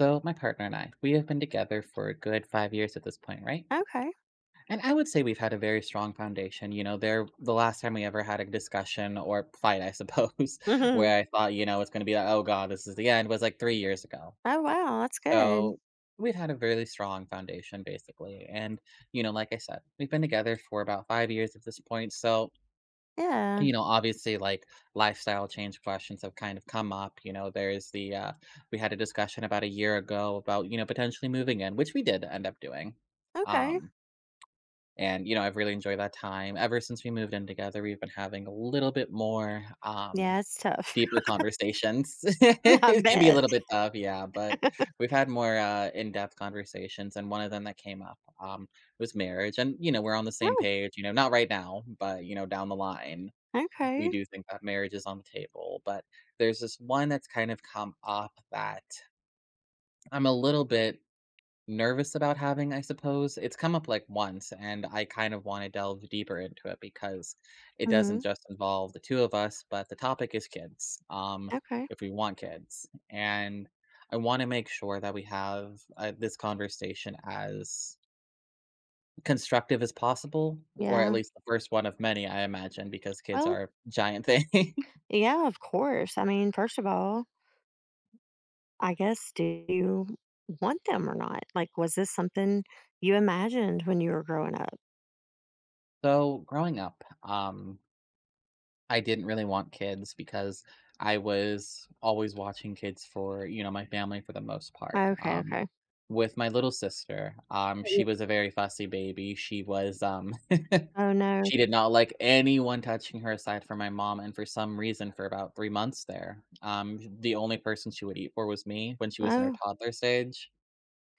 So, my partner and I, we have been together for a good 5 years at this point, right? Okay. And I would say we've had a very strong foundation. The last time we ever had a discussion or fight, I suppose, Mhm. where I thought, it's going to be like, oh God, this is the end, was like 3 years ago. Oh, wow, that's good. So, we've had a really strong foundation, basically. Like I said, we've been together for about 5 years at this point. So, Yeah. Obviously, like lifestyle change questions have kind of come up. You know, there's the We had a discussion about a year ago about potentially moving in, which we did end up doing. Okay. Um, I've really enjoyed that time. Ever since we moved in together, we've been having a little bit more Yeah, it's tough. deeper conversations. I It can be a bet. little bit tough, yeah, but we've had more in-depth conversations. And one of them that came up was marriage, and we're on the same Oh, page. Not right now, but down the line we okay. do think that marriage is on the table, but there's this one that's kind of come up that I'm a little bit nervous about having, I suppose. It's come up like once, and I kind of want to delve deeper into it because it doesn't Mhm. just involve the two of us, but the topic is kids, Okay. if we want kids. And I want to make sure that we have this conversation as constructive as possible, or at Yeah. least the first one of many, I imagine, because kids Well, are a giant thing. yeah, of course. I mean, first of all, I guess, do you want them or not? Like, was this something you imagined when you were growing up? So growing up, I didn't really want kids because I was always watching kids for, my family for the most part. Okay, okay. With my little sister, Yeah. she was a very fussy baby. Oh, no. She did not like anyone touching her aside from my mom. And for some reason, for about 3 months there, the only person she would eat for was me when she was in her Oh, toddler stage.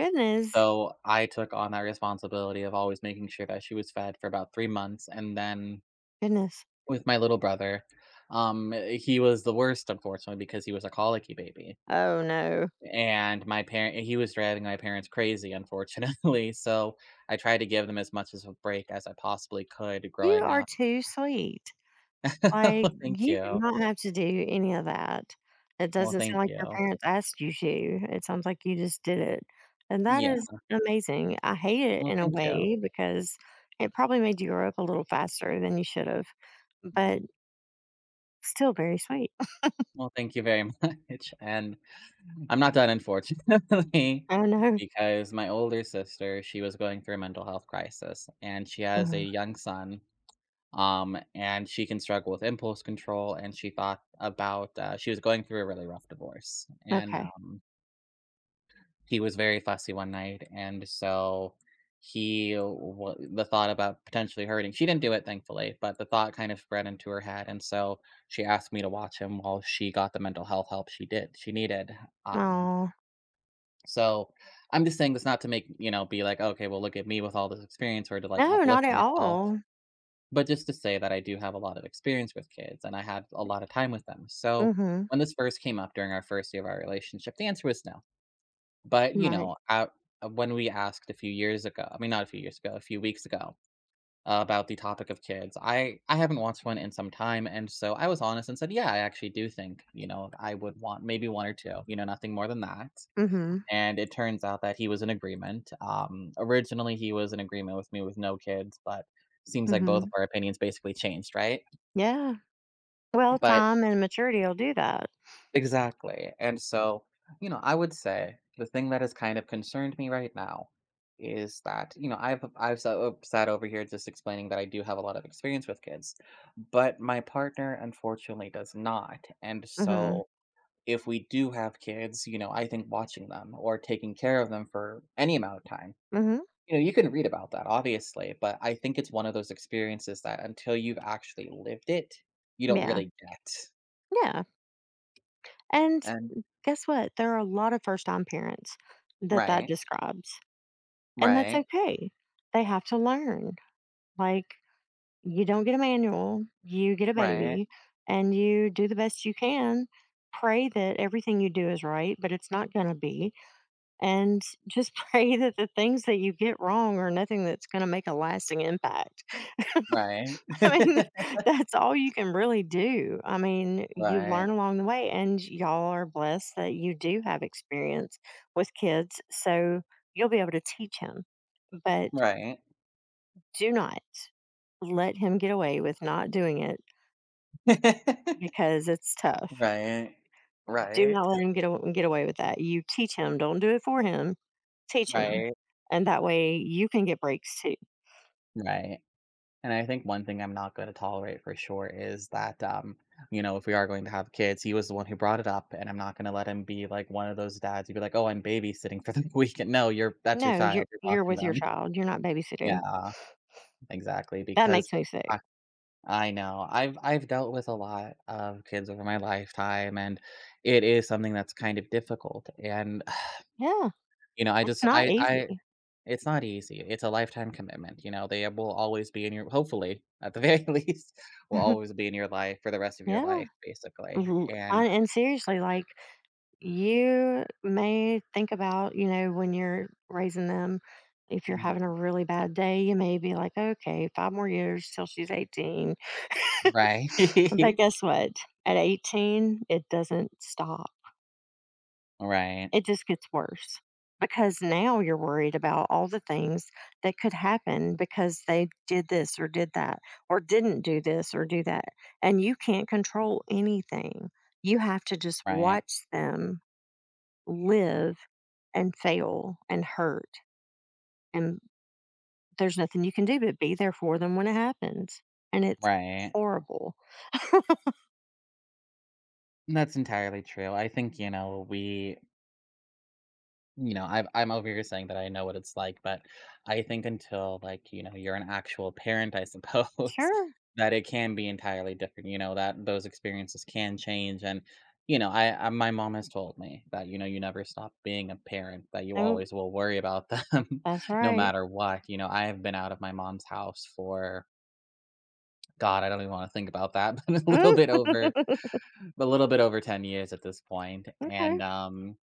goodness. So I took on that responsibility of always making sure that she was fed for about 3 months. And then Goodness. with my little brother. He was the worst, unfortunately, because he was a colicky baby, Oh, no. and my parent he was driving my parents crazy, unfortunately, so I tried to give them as much as a break as I possibly could You growing are up. too sweet. Like, Well, thank you did you. not have to do any of that. It Well, doesn't sound thank like your you. parents asked you to. It sounds like you just did it, and that Yeah. is amazing. I hate it Well, in a thank you. way because it probably made you grow up a little faster than you should have, Mhm. but still very sweet. Well, thank you very much, and I'm not done, unfortunately, I know. because my older sister, she was going through a mental health crisis, and she has a Mhm. young son and she can struggle with impulse control. And she thought about She was going through a really rough divorce, and Okay. He was very fussy one night, and so the thought about potentially hurting. She didn't do it, thankfully, but the thought kind of spread into her head, and so she asked me to watch him while she got the mental health help she needed. Um, Oh so I'm just saying this not to make be like okay, well look at me with all this experience or to like no, uplift not at myself all. but just to say that I do have a lot of experience with kids and I had a lot of time with them. So Mhm. when this first came up during our first year of our relationship, the answer was no. But, you Right. know, uh, when we asked a few years ago, I mean, not a few years ago, a few weeks ago, about the topic of kids, I haven't watched one in some time. And so I was honest and said, yeah, I actually do think, I would want maybe one or two, nothing more than that, Mhm. and it turns out that he was in agreement. Originally, he was in agreement with me with no kids, but seems like both Mhm. of our opinions basically changed, right? Yeah. Well, But time and maturity will do that. exactly. And so, I would say the thing that has kind of concerned me right now is that I've so sat over here just explaining that I do have a lot of experience with kids, but my partner unfortunately does not, and Mhm. so. If we do have kids, I think watching them or taking care of them for any amount of time. Mhm. You can read about that, obviously, but I think it's one of those experiences that until you've actually lived it, you don't Yeah. really get. Yeah. And And guess what? There are a lot of first time parents that right, describes, and that's right, okay. They have to learn. Like, you don't get a manual, you get a right, baby, and you do the best you can. Pray that everything you do is right, but it's not going to be. And just pray that the things that you get wrong are nothing that's going to make a lasting impact. right, I mean, that's all you can really do. I mean, you right, learn along the way, and y'all are blessed that you do have experience with kids, so you'll be able to teach him. But right. do not let him get away with not doing it because it's tough. Right, Do right, not let him get away with that. You teach him. Don't do it for him. Teach him, right, and that way you can get breaks too. right. And I think one thing I'm not going to tolerate for sure is that, if we are going to have kids, he was the one who brought it up, and I'm not going to let him be like one of those dads who'd be like, "Oh, I'm babysitting for the weekend." No, you're that's your No, you're child. You're you're watching with your them. child. You're not babysitting. Yeah. Exactly, That because makes me sick. I I know. I've dealt with a lot of kids over my lifetime, and it is something that's kind of difficult, and, Yeah, you know, I it's just not I easy. it's not easy. It's a lifetime commitment, they will always be in your hopefully, at the very least, will always be in your life for the rest of your Yeah. life, basically, Mhm, and I and seriously, like, you may think about, when you're raising them, if you're Mhm. having a really bad day, you may be like, "Okay, 5 more years till she's 18." Right. But guess what? At 18, it doesn't stop. Right, It just gets worse because now you're worried about all the things that could happen because they did this or did that or didn't do this or do that. And you can't control anything. You have to just right, watch them live and fail and hurt. And there's nothing you can do but be there for them when it happens. And it's right. horrible. That's entirely true. I think, you know, we you know, I've I'm over here saying that I know what it's like, but I think until, like, you're an actual parent, I suppose, Sure. that it can be entirely different, that those experiences can change, and, you know, I my mom has told me that, you never stop being a parent, that you Nope. always will worry about them That's no right. matter what, I have been out of my mom's house for God, I don't even wanna think about that, but Okay. a little bit over 10 years at this point, and,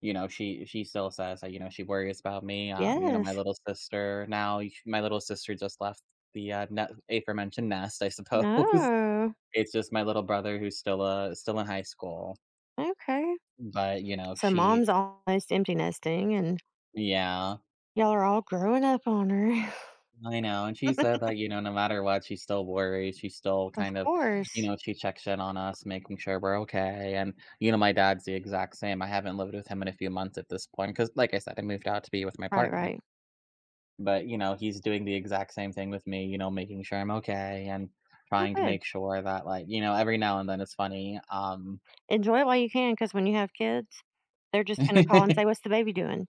she still says that, she worries about me, my Yes. little sister now y my little sister just left the, net aforementioned nest, I suppose. No. It's just my little brother who's still in high school, Okay. but, you know, So she mom's almost empty nesting and yeah, y'all are all growing up on her. I know, and she said that, no matter what, she still worries, she still of kind of course. She checks in on us, making sure we're okay, and, my dad's the exact same, I haven't lived with him in a few months at this point because, like I said, I moved out to be with my Right, partner. right. But, he's doing the exact same thing with me, making sure I'm okay and Oh, trying to good. make sure that, like, every now and then it's funny. Enjoy it while you can because when you have kids, they're just going to call and say, "What's the baby doing?"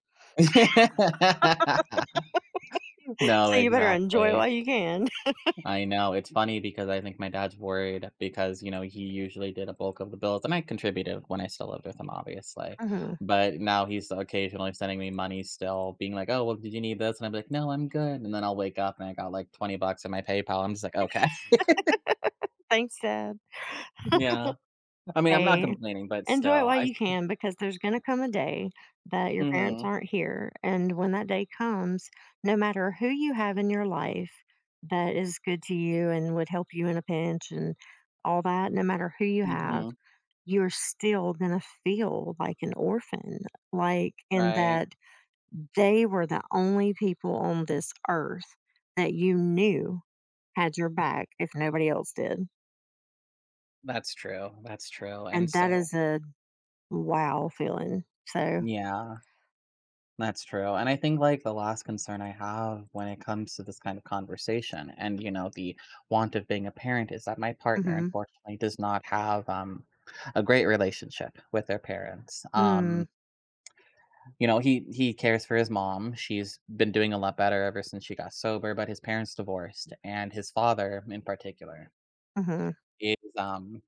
No, So you better enjoy it exactly. while you can. I know. It's funny because I think my dad's worried because, he usually did a bulk of the bills, and I contributed when I still lived with him, obviously. Hmm. But now he's occasionally sending me money still, being like, "Oh, well, did you need this?" And I'm like, "No, I'm good." And then I'll wake up and I got like 20 bucks in my PayPal. I'm just like, "Okay." Thanks, Deb. Yeah. I mean, I'm not Hey, complaining, but enjoy it still, while I you suppo can because there's going to come a day that your parents Mhm, aren't here. And when that day comes, no matter who you have in your life that is good to you and would help you in a pinch and all that, no matter who you have, mhm, you're still going to feel like an orphan, like in right. that they were the only people on this earth that you knew had your back if nobody else did. That's true, and And that so is a wow feeling. So, yeah, that's true, and I think, like, the last concern I have when it comes to this kind of conversation and, the want of being a parent is that my partner, mhm. unfortunately, does not have, a great relationship with their parents, Mm, he cares for his mom, she's been doing a lot better ever since she got sober, but his parents divorced, and his father, in particular, mhm. is,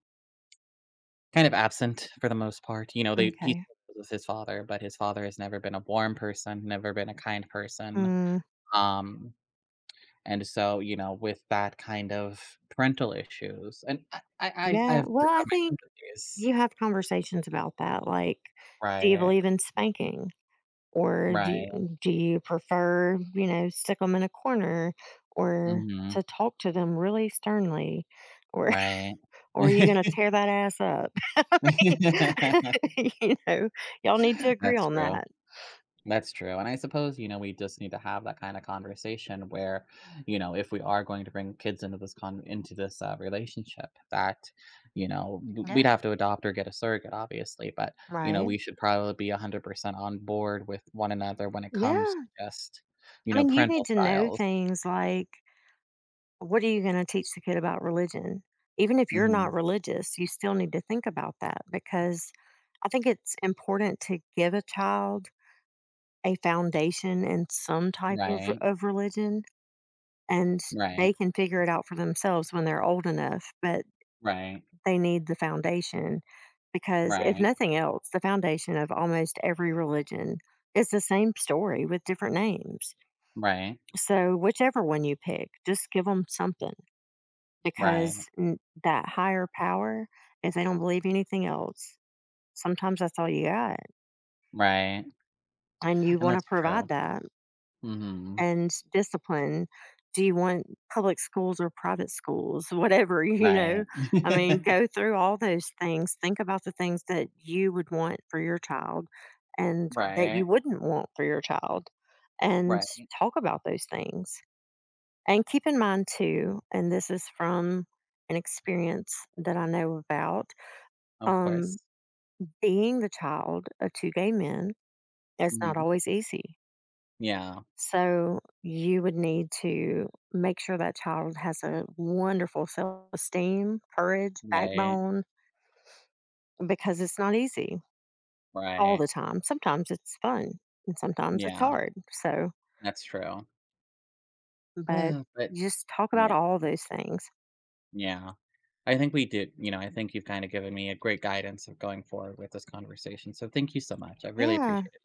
kind of absent for the most part, they he Okay. still with his father, but his father has never been a warm person, never been a kind person, Mm, um, and so, with that kind of parental issues and yeah. of Well, course, I have my think sympathies. you have conversations about that. Like, do you Right, believe in spanking? Or do right, you, do you prefer, stick them in a corner, or mhm, to talk to them really sternly, or right. or are you going to tear that ass up? I mean, y'all need to agree That's on true. that. That's true, and I suppose, we just need to have that kinda conversation where, if we are going to bring kids into this con into this, relationship that, you know, w Yeah. we'd have to adopt or get a surrogate, obviously, but, Right. we should probably be 100% on board with one another when it comes to Yeah, just, I mean, you need parental to know styles. things like, what are you going to teach the kid about religion? Even if you're not Mhm. religious, you still need to think about that, because I think it's important to give a child a foundation in some type of Right. of religion, and they Right. can figure it out for themselves when they're old enough, but Right. they need the foundation, because if Right. nothing else, the foundation of almost every religion is the same story with different names. Right. So, whichever one you pick, just give them something, Right. because that higher power, if they don't believe anything else, sometimes that's all you got. Right. And you And want to that's provide true. that, Mhm. and discipline. Do you want public schools or private schools? Whatever, you know. Right. I mean, go through all those things. Think about the things that you would want for your child and that you Right. wouldn't want for your child, and Right. talk about those things. And keep in mind too, and this is from an experience that I know about, Of um, course. being the child of two gay men is not Mhm. always easy. Yeah. So you would need to make sure that child has a wonderful self esteem, courage, Right. backbone, because it's not easy all Right. the time. Sometimes it's fun and sometimes it's Yeah. hard. So, That's true. but But just talk about yeah. all those things. Yeah. I think we did, I think you've kind of given me a great guidance of going forward with this conversation. So thank you so much. I really Yeah. appreciate